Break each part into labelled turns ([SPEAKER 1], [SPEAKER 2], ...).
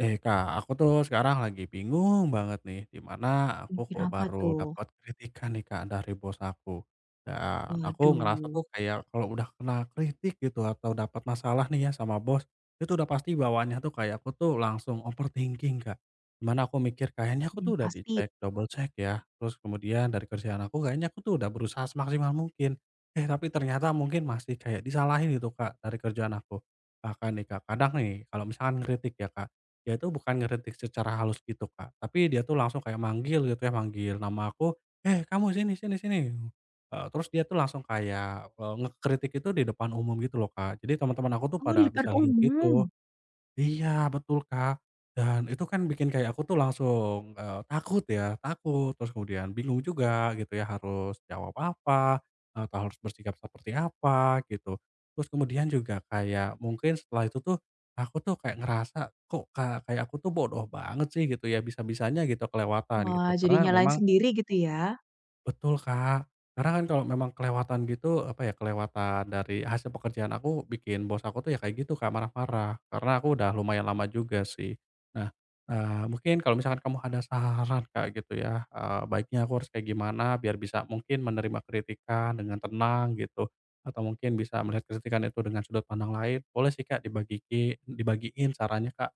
[SPEAKER 1] Eh Kak, aku tuh sekarang lagi bingung banget nih, di mana aku
[SPEAKER 2] Bikin
[SPEAKER 1] kok
[SPEAKER 2] apa
[SPEAKER 1] baru
[SPEAKER 2] tuh?
[SPEAKER 1] dapat kritikan nih Kak dari bos aku. Dan aku ngerasa
[SPEAKER 2] Waduh,
[SPEAKER 1] tuh kayak kalau udah kena kritik gitu atau dapat masalah nih ya sama bos, itu udah pasti bawaannya tuh kayak aku langsung overthinking Kak. Dimana aku mikir kayaknya aku
[SPEAKER 2] ini
[SPEAKER 1] tuh udah
[SPEAKER 2] pasti
[SPEAKER 1] dicek, double check ya. Terus kemudian dari kerjaan aku kayaknya aku tuh udah berusaha semaksimal mungkin. Eh tapi ternyata mungkin masih kayak disalahin gitu Kak dari kerjaan aku. Bahkan nih Kak, kadang nih kalau misalkan kritik ya Kak, dia tuh bukan ngeritik secara halus gitu, Kak, tapi dia tuh langsung kayak manggil gitu ya, manggil nama aku, "Eh, kamu sini sini sini!" Terus dia tuh langsung kayak, ngekritik itu di depan umum gitu loh, Kak. Jadi teman-teman aku tuh
[SPEAKER 2] oh, di
[SPEAKER 1] pada
[SPEAKER 2] depan
[SPEAKER 1] bisa lihat
[SPEAKER 2] umum?
[SPEAKER 1] gitu. Iya, betul, Kak. Dan itu kan bikin kayak aku tuh langsung, takut ya, takut, terus kemudian bingung juga gitu ya harus jawab apa, atau harus bersikap seperti apa gitu. Terus kemudian juga kayak mungkin setelah itu tuh, aku tuh kayak ngerasa, "Kok kayak aku tuh bodoh banget sih," gitu ya, bisa-bisanya gitu kelewatan
[SPEAKER 2] Wah,
[SPEAKER 1] gitu.
[SPEAKER 2] jadi
[SPEAKER 1] Karena
[SPEAKER 2] nyalain
[SPEAKER 1] memang
[SPEAKER 2] sendiri gitu ya?
[SPEAKER 1] betul, Kak. Karena kan kalau memang kelewatan gitu, apa ya, kelewatan dari hasil pekerjaan aku, bikin bos aku tuh ya kayak gitu, Kak, marah-marah. Karena aku udah lumayan lama juga sih. Nah, mungkin kalau misalkan kamu ada saran, Kak, gitu ya, baiknya aku harus kayak gimana biar bisa mungkin menerima kritikan dengan tenang gitu, atau mungkin bisa melihat kritikan itu dengan sudut pandang lain, boleh sih, Kak, dibagiin sarannya, Kak.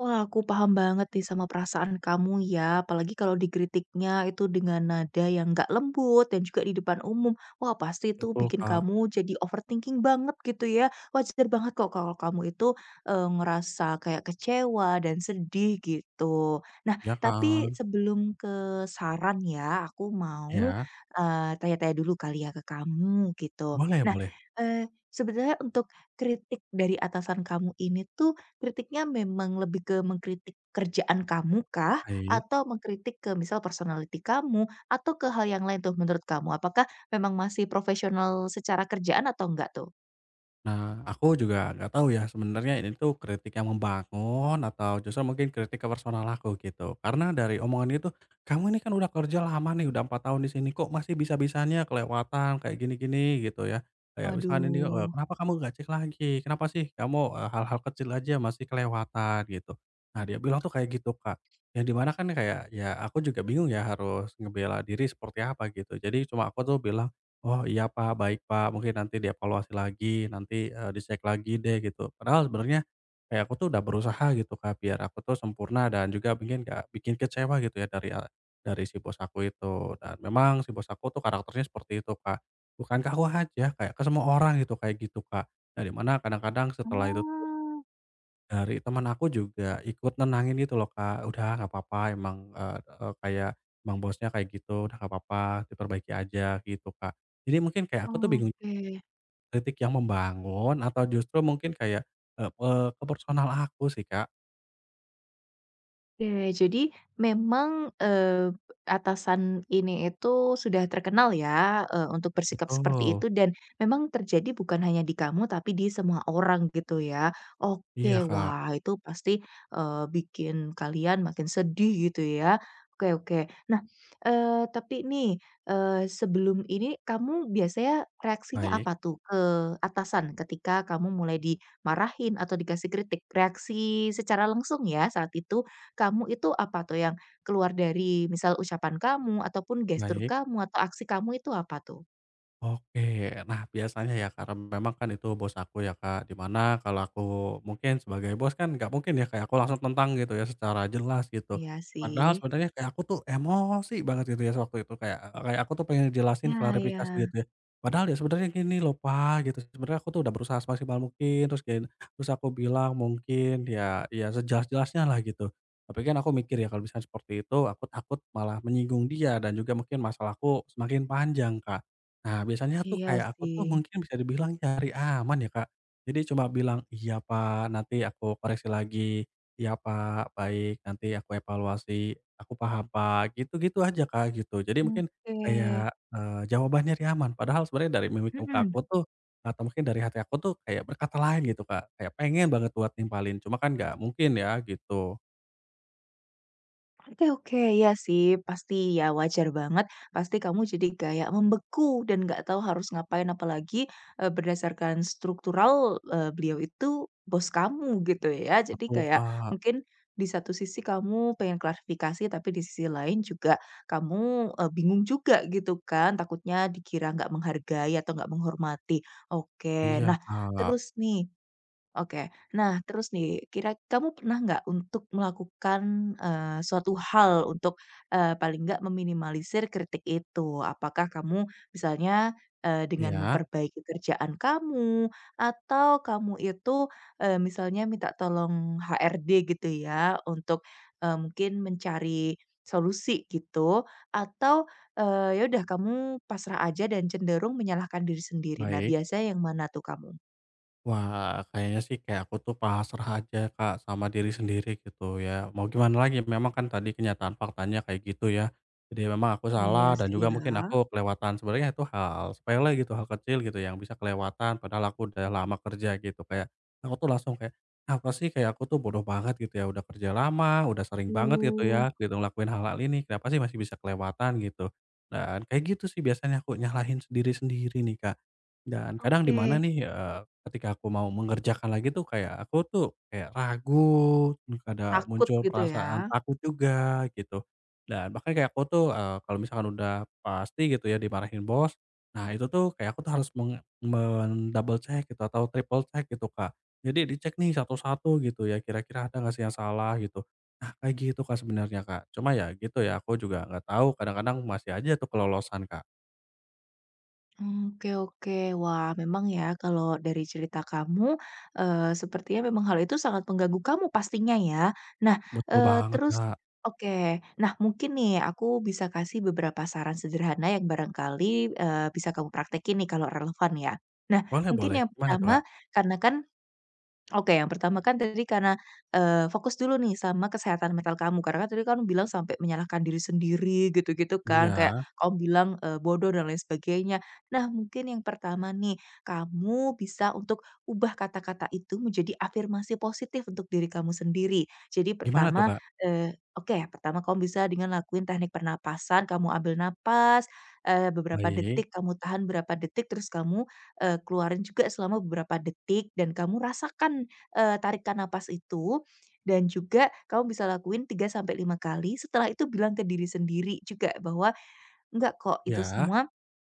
[SPEAKER 2] Wah, aku paham banget nih sama perasaan kamu ya, apalagi kalau dikritiknya itu dengan nada yang nggak lembut dan juga di depan umum. Wah, pasti itu
[SPEAKER 1] Betul,
[SPEAKER 2] bikin
[SPEAKER 1] Kak.
[SPEAKER 2] kamu jadi overthinking banget gitu ya. Wajar banget kok kalau kamu itu ngerasa kayak kecewa dan sedih gitu. Nah,
[SPEAKER 1] Iya kan?
[SPEAKER 2] tapi sebelum ke saran ya, aku mau
[SPEAKER 1] Ya.
[SPEAKER 2] tanya-tanya dulu kali ya ke kamu gitu.
[SPEAKER 1] Boleh,
[SPEAKER 2] Nah,
[SPEAKER 1] boleh.
[SPEAKER 2] sebenarnya untuk kritik dari atasan kamu ini tuh kritiknya memang lebih ke mengkritik kerjaan kamu kah?
[SPEAKER 1] Baik.
[SPEAKER 2] Atau mengkritik ke misal personality kamu, atau ke hal yang lain tuh menurut kamu? Apakah memang masih profesional secara kerjaan atau enggak tuh?
[SPEAKER 1] Nah, aku juga nggak tahu ya sebenarnya ini tuh kritik yang membangun atau justru mungkin kritik ke personal aku gitu. Karena dari omongan itu, "Kamu ini kan udah kerja lama nih, udah 4 tahun di sini, kok masih bisa-bisanya kelewatan kayak gini-gini?" Gitu ya. Kayak misalkan ini,
[SPEAKER 2] Waduh.
[SPEAKER 1] "Kenapa kamu nggak cek lagi? Kenapa sih kamu, hal-hal kecil aja masih kelewatan?" Gitu. Nah, dia bilang tuh kayak gitu, Kak. Yang dimana kan kayak, ya aku juga bingung ya harus ngebela diri seperti apa gitu. Jadi cuma aku tuh bilang, "Oh iya Pak, baik Pak, mungkin nanti dievaluasi lagi, nanti, dicek lagi deh," gitu. Padahal sebenarnya kayak aku tuh udah berusaha gitu Kak, biar aku tuh sempurna dan juga mungkin gak bikin kecewa gitu ya dari si bos aku itu. Dan memang si bos aku tuh karakternya seperti itu Kak, bukan ke aku aja, kayak ke semua orang gitu, kayak gitu Kak. Nah, dimana kadang-kadang setelah itu dari teman aku juga ikut nenangin gitu loh, Kak, "Udah nggak apa-apa emang," eee eee, kayak, "emang bosnya kayak gitu, udah nggak apa-apa, diperbaiki aja," gitu, Kak. Jadi mungkin kayak aku tuh
[SPEAKER 2] Oh,
[SPEAKER 1] bingung
[SPEAKER 2] oke.
[SPEAKER 1] kritik yang membangun atau justru mungkin kayak, eee eee, ke personal aku sih, Kak.
[SPEAKER 2] Oke, jadi memang, atasan ini itu sudah terkenal ya, untuk bersikap seperti
[SPEAKER 1] Betul.
[SPEAKER 2] itu dan memang terjadi bukan hanya di kamu tapi di semua orang gitu ya.
[SPEAKER 1] Iya,
[SPEAKER 2] Oke,
[SPEAKER 1] Kak.
[SPEAKER 2] wah itu pasti, bikin kalian makin sedih gitu ya. Oke oke. Nah, tapi nih, sebelum ini kamu biasanya reaksinya
[SPEAKER 1] Baik,
[SPEAKER 2] apa tuh ke atasan ketika kamu mulai dimarahin atau dikasih kritik? Reaksi secara langsung ya saat itu? Kamu itu apa tuh yang keluar dari misal ucapan kamu ataupun gestur
[SPEAKER 1] baik.
[SPEAKER 2] kamu atau aksi kamu itu apa tuh?
[SPEAKER 1] Oke. Nah, biasanya ya karena memang kan itu bos aku ya, Kak, di mana kalau aku mungkin sebagai bos kan nggak mungkin ya kayak aku langsung tentang gitu ya secara jelas gitu.
[SPEAKER 2] Iya
[SPEAKER 1] Padahal
[SPEAKER 2] sih.
[SPEAKER 1] sebenarnya kayak aku tuh emosi banget gitu ya waktu itu kayak kayak aku tuh pengen jelasin
[SPEAKER 2] Iya iya.
[SPEAKER 1] klarifikasi gitu ya. Padahal ya sebenarnya gini loh, "Pak," gitu, "sebenarnya aku tuh udah berusaha semaksimal mungkin," terus kayak terus aku bilang mungkin ya sejelas-jelasnya lah gitu. Tapi kan aku mikir ya kalau misalnya seperti itu aku takut malah menyinggung dia dan juga mungkin masalahku semakin panjang, Kak. Nah, biasanya tuh
[SPEAKER 2] Iya
[SPEAKER 1] kayak aku
[SPEAKER 2] sih.
[SPEAKER 1] tuh mungkin bisa dibilang cari aman ya, Kak. Jadi cuma bilang, "Iya, Pak, nanti aku koreksi lagi. Iya, Pak, baik, nanti aku evaluasi. Aku paham, Pak." Gitu-gitu aja, Kak, gitu. Jadi mungkin
[SPEAKER 2] Oke.
[SPEAKER 1] kayak, jawaban nyari aman, padahal sebenarnya dari mimik muka
[SPEAKER 2] Mhm.
[SPEAKER 1] aku tuh atau mungkin dari hati aku tuh kayak berkata lain gitu, Kak. Kayak pengen banget buat nimpalin, cuma kan nggak mungkin ya gitu.
[SPEAKER 2] Oke oke, ya sih pasti ya wajar banget, pasti kamu jadi kayak membeku dan nggak tahu harus ngapain apalagi, berdasarkan struktural, beliau itu bos kamu gitu ya. Jadi
[SPEAKER 1] Aku,
[SPEAKER 2] kayak
[SPEAKER 1] Kak,
[SPEAKER 2] mungkin di satu sisi kamu pengen klarifikasi tapi di sisi lain juga kamu, bingung juga gitu kan, takutnya dikira nggak menghargai atau nggak menghormati. Oke,
[SPEAKER 1] iya,
[SPEAKER 2] nah
[SPEAKER 1] Kak.
[SPEAKER 2] terus nih, oke. Nah, terus nih, kira kamu pernah nggak untuk melakukan, suatu hal untuk, paling nggak meminimalisir kritik itu? Apakah kamu misalnya, dengan
[SPEAKER 1] Iya,
[SPEAKER 2] memperbaiki kerjaan kamu, atau kamu itu, misalnya minta tolong HRD gitu ya, untuk, mungkin mencari solusi gitu, atau, ya udah kamu pasrah aja dan cenderung menyalahkan diri sendiri? Nah,
[SPEAKER 1] baik.
[SPEAKER 2] biasanya yang mana tuh kamu?
[SPEAKER 1] Wah, kayaknya sih kayak aku tuh pasrah aja, Kak, sama diri sendiri gitu ya. Mau gimana lagi, memang kan tadi kenyataan faktanya kayak gitu ya. Jadi memang aku
[SPEAKER 2] Iya
[SPEAKER 1] salah dan
[SPEAKER 2] sih
[SPEAKER 1] juga
[SPEAKER 2] ya.
[SPEAKER 1] mungkin aku kelewatan. Sebenarnya itu hal sepele gitu, hal kecil gitu yang bisa kelewatan padahal aku udah lama kerja gitu. Kayak aku tuh langsung kayak, "Apa sih kayak aku tuh bodoh banget gitu ya, udah kerja lama, udah sering banget gitu
[SPEAKER 2] Oh.
[SPEAKER 1] ya, gitu ngelakuin hal-hal ini, kenapa sih masih bisa kelewatan?" Gitu. Dan kayak gitu sih biasanya aku nyalahin sendiri sendiri nih, Kak. Dan kadang di mana
[SPEAKER 2] Oke.
[SPEAKER 1] nih, ketika aku mau mengerjakan lagi tuh kayak aku tuh kayak ragu, terus ada
[SPEAKER 2] Takut
[SPEAKER 1] muncul
[SPEAKER 2] gitu
[SPEAKER 1] perasaan
[SPEAKER 2] ya?
[SPEAKER 1] takut juga gitu. Dan bahkan kayak aku tuh, kalau misalkan udah pasti gitu ya dimarahin bos, nah itu tuh kayak aku tuh harus menge men double check gitu atau triple check gitu, Kak. Jadi dicek nih satu-satu gitu ya, kira-kira ada nggak sih yang salah gitu. Nah kayak gitu, Kak, sebenarnya, Kak. Cuma ya gitu ya, aku juga nggak tahu kadang-kadang masih aja tuh kelolosan, Kak.
[SPEAKER 2] Oke oke. Wah, memang ya kalau dari cerita kamu, sepertinya memang hal itu sangat mengganggu kamu pastinya ya. Nah,
[SPEAKER 1] Betul banget,
[SPEAKER 2] terus
[SPEAKER 1] Kak.
[SPEAKER 2] oke. Nah, mungkin nih aku bisa kasih beberapa saran sederhana yang barangkali, bisa kamu praktekin nih kalau relevan ya. Nah,
[SPEAKER 1] Boleh,
[SPEAKER 2] mungkin
[SPEAKER 1] boleh,
[SPEAKER 2] yang
[SPEAKER 1] gimana tuh,
[SPEAKER 2] pertama,
[SPEAKER 1] Kak?
[SPEAKER 2] karena kan Oke, yang pertama kan tadi karena, fokus dulu nih sama kesehatan mental kamu, karena kan tadi kan kamu bilang sampai menyalahkan diri sendiri gitu-gitu
[SPEAKER 1] Iya,
[SPEAKER 2] kan, kayak kamu bilang, bodoh dan lain sebagainya. Nah, mungkin yang pertama nih, kamu bisa untuk ubah kata-kata itu menjadi afirmasi positif untuk diri kamu sendiri. Jadi
[SPEAKER 1] gimana tuh,
[SPEAKER 2] pertama,
[SPEAKER 1] Kak?
[SPEAKER 2] oke, pertama kamu bisa dengan lakuin teknik pernapasan, kamu ambil napas, beberapa
[SPEAKER 1] Baik,
[SPEAKER 2] detik, kamu tahan berapa detik, terus kamu keluarin juga selama beberapa detik dan kamu rasakan, tarikan napas itu dan juga kamu bisa lakuin 3 sampai 5 kali, setelah itu bilang ke diri sendiri juga bahwa, "Enggak kok, itu
[SPEAKER 1] ya,
[SPEAKER 2] semua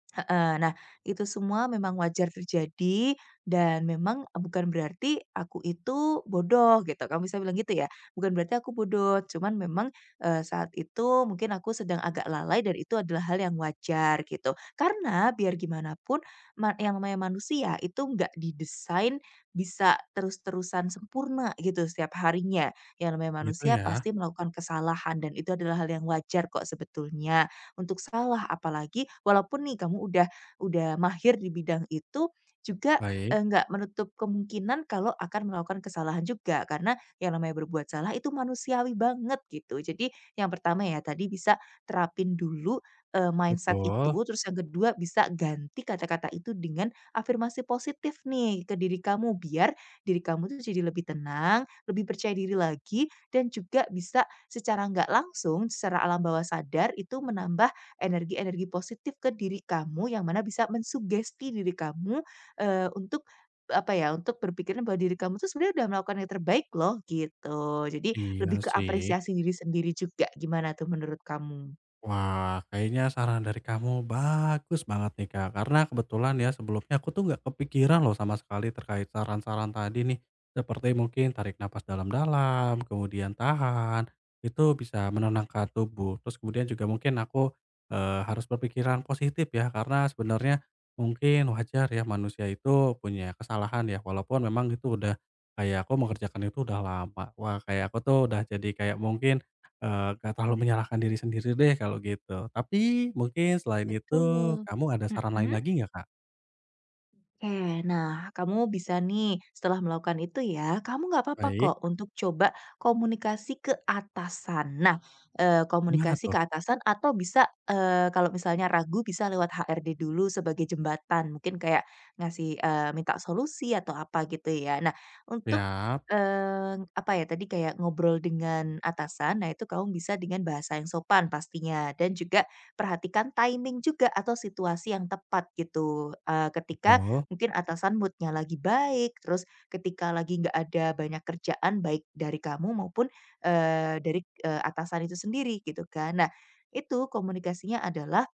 [SPEAKER 2] heeh. Nah, itu semua memang wajar terjadi dan memang e, bukan berarti aku itu bodoh gitu, kamu bisa bilang gitu ya. Bukan berarti aku bodoh, cuman memang, saat itu mungkin aku sedang agak lalai dan itu adalah hal yang wajar gitu. Karena biar gimana pun ma yang namanya manusia itu nggak didesain bisa terus-terusan sempurna gitu setiap harinya. Yang namanya
[SPEAKER 1] gitu
[SPEAKER 2] manusia
[SPEAKER 1] ya.
[SPEAKER 2] pasti melakukan kesalahan dan itu adalah hal yang wajar kok sebetulnya untuk salah. Apalagi walaupun nih kamu udah mahir di bidang itu, juga,
[SPEAKER 1] Baik,
[SPEAKER 2] nggak menutup kemungkinan kalau akan melakukan kesalahan juga. Karena yang namanya berbuat salah itu manusiawi banget gitu. Jadi yang pertama ya tadi bisa terapin dulu, mindset itu,
[SPEAKER 1] betul,
[SPEAKER 2] terus yang kedua bisa ganti kata-kata itu dengan afirmasi positif nih ke diri kamu, biar diri kamu tuh jadi lebih tenang, lebih percaya diri lagi, dan juga bisa secara nggak langsung, secara alam bawah sadar itu menambah energi-energi positif ke diri kamu yang mana bisa mensugesti diri kamu, untuk, apa ya, untuk berpikiran bahwa diri kamu tuh sebenarnya udah melakukan yang terbaik loh, gitu. Jadi
[SPEAKER 1] iya
[SPEAKER 2] lebih ke
[SPEAKER 1] sih.
[SPEAKER 2] apresiasi diri sendiri juga. Gimana tuh menurut kamu?
[SPEAKER 1] Wah, kayaknya saran dari kamu bagus banget nih, Kak. Karena kebetulan ya sebelumnya aku tuh nggak kepikiran loh sama sekali terkait saran-saran tadi nih. Seperti mungkin tarik napas dalam-dalam, kemudian tahan, itu bisa menenangkan tubuh. Terus kemudian juga mungkin aku harus berpikiran positif ya, karena sebenarnya mungkin wajar ya manusia itu punya kesalahan ya, walaupun memang itu udah kayak aku mengerjakan itu udah lama. Wah, kayak aku tuh udah jadi kayak mungkin nggak terlalu menyalahkan diri sendiri deh kalau gitu. Tapi mungkin selain itu
[SPEAKER 2] Betul.
[SPEAKER 1] kamu ada saran lain
[SPEAKER 2] Mhm.
[SPEAKER 1] lagi nggak, Kak?
[SPEAKER 2] Oke, nah kamu bisa nih setelah melakukan itu ya, kamu nggak apa-apa
[SPEAKER 1] Baik,
[SPEAKER 2] kok untuk coba komunikasi ke atasan. Nah,
[SPEAKER 1] gimana
[SPEAKER 2] komunikasi ke
[SPEAKER 1] tuh?
[SPEAKER 2] atasan atau bisa, kalau misalnya ragu bisa lewat HRD dulu sebagai jembatan, mungkin kayak ngasih, minta solusi atau apa gitu ya. Nah, untuk,
[SPEAKER 1] Siap,
[SPEAKER 2] apa ya tadi kayak ngobrol dengan atasan, nah itu kamu bisa dengan bahasa yang sopan pastinya dan juga perhatikan timing juga atau situasi yang tepat gitu, ketika
[SPEAKER 1] betul,
[SPEAKER 2] mungkin atasan moodnya lagi baik, terus ketika lagi nggak ada banyak kerjaan baik dari kamu maupun, dari, atasan itu sendiri gitu kan. Nah, itu komunikasinya adalah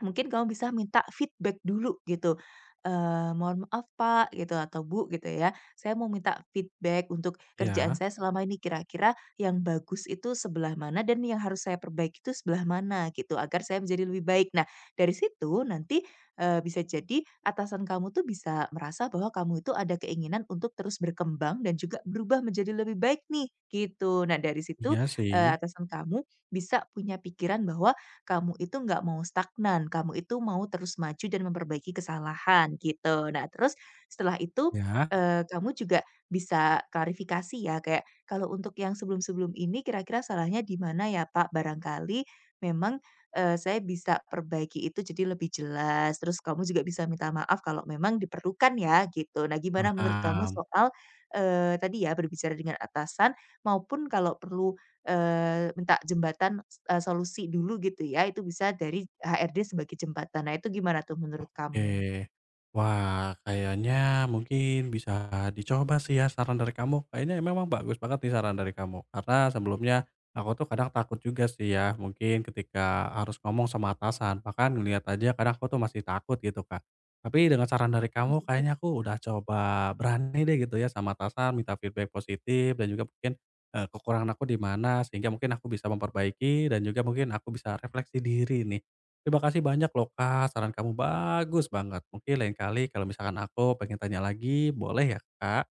[SPEAKER 2] mungkin kamu bisa minta feedback dulu gitu, "Mohon maaf Pak," gitu atau Bu gitu ya, "Saya mau minta feedback untuk kerjaan
[SPEAKER 1] iya,
[SPEAKER 2] saya selama ini, kira-kira yang bagus itu sebelah mana dan yang harus saya perbaiki itu sebelah mana?" Gitu, agar saya menjadi lebih baik. Nah, dari situ nanti, bisa jadi atasan kamu tuh bisa merasa bahwa kamu itu ada keinginan untuk terus berkembang dan juga berubah menjadi lebih baik nih, gitu. Nah, dari situ,
[SPEAKER 1] iya sih,
[SPEAKER 2] atasan kamu bisa punya pikiran bahwa kamu itu nggak mau stagnan, kamu itu mau terus maju dan memperbaiki kesalahan gitu. Nah terus setelah itu,
[SPEAKER 1] iya,
[SPEAKER 2] kamu juga bisa klarifikasi ya kayak, "Kalau untuk yang sebelum-sebelum ini kira-kira salahnya di mana ya Pak? Barangkali memang, saya bisa perbaiki itu jadi lebih jelas." Terus kamu juga bisa minta maaf kalau memang diperlukan ya gitu. Nah gimana menurut kamu
[SPEAKER 1] paham.
[SPEAKER 2] soal, tadi ya berbicara dengan atasan maupun kalau perlu, minta jembatan solusi dulu gitu ya, itu bisa dari HRD sebagai jembatan. Nah, itu gimana tuh menurut kamu?
[SPEAKER 1] Oke. Wah, kayaknya mungkin bisa dicoba sih ya saran dari kamu. Kayaknya memang bagus banget nih saran dari kamu. Karena sebelumnya aku tuh kadang takut juga sih ya. Mungkin ketika harus ngomong sama atasan, bahkan ngeliat aja kadang aku tuh masih takut gitu, Kak. Tapi dengan saran dari
[SPEAKER 2] Oh,
[SPEAKER 1] kamu
[SPEAKER 2] gitu.
[SPEAKER 1] kayaknya aku udah coba berani deh gitu ya sama atasan, minta feedback positif dan juga mungkin, kekurangan aku di mana sehingga mungkin aku bisa memperbaiki dan juga mungkin aku bisa refleksi diri nih. Terima kasih banyak loh Kak, saran kamu bagus banget. Mungkin lain kali kalau misalkan aku pengen tanya lagi boleh ya Kak?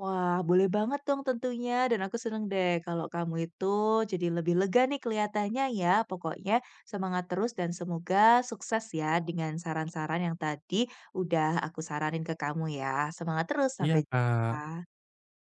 [SPEAKER 2] Wah, boleh banget dong tentunya dan aku seneng deh kalau kamu itu jadi lebih lega nih kelihatannya ya. Pokoknya semangat terus dan semoga sukses ya dengan saran-saran yang tadi udah aku saranin ke kamu ya. Semangat terus,
[SPEAKER 1] Iya
[SPEAKER 2] sampai
[SPEAKER 1] Kak.
[SPEAKER 2] jumpa.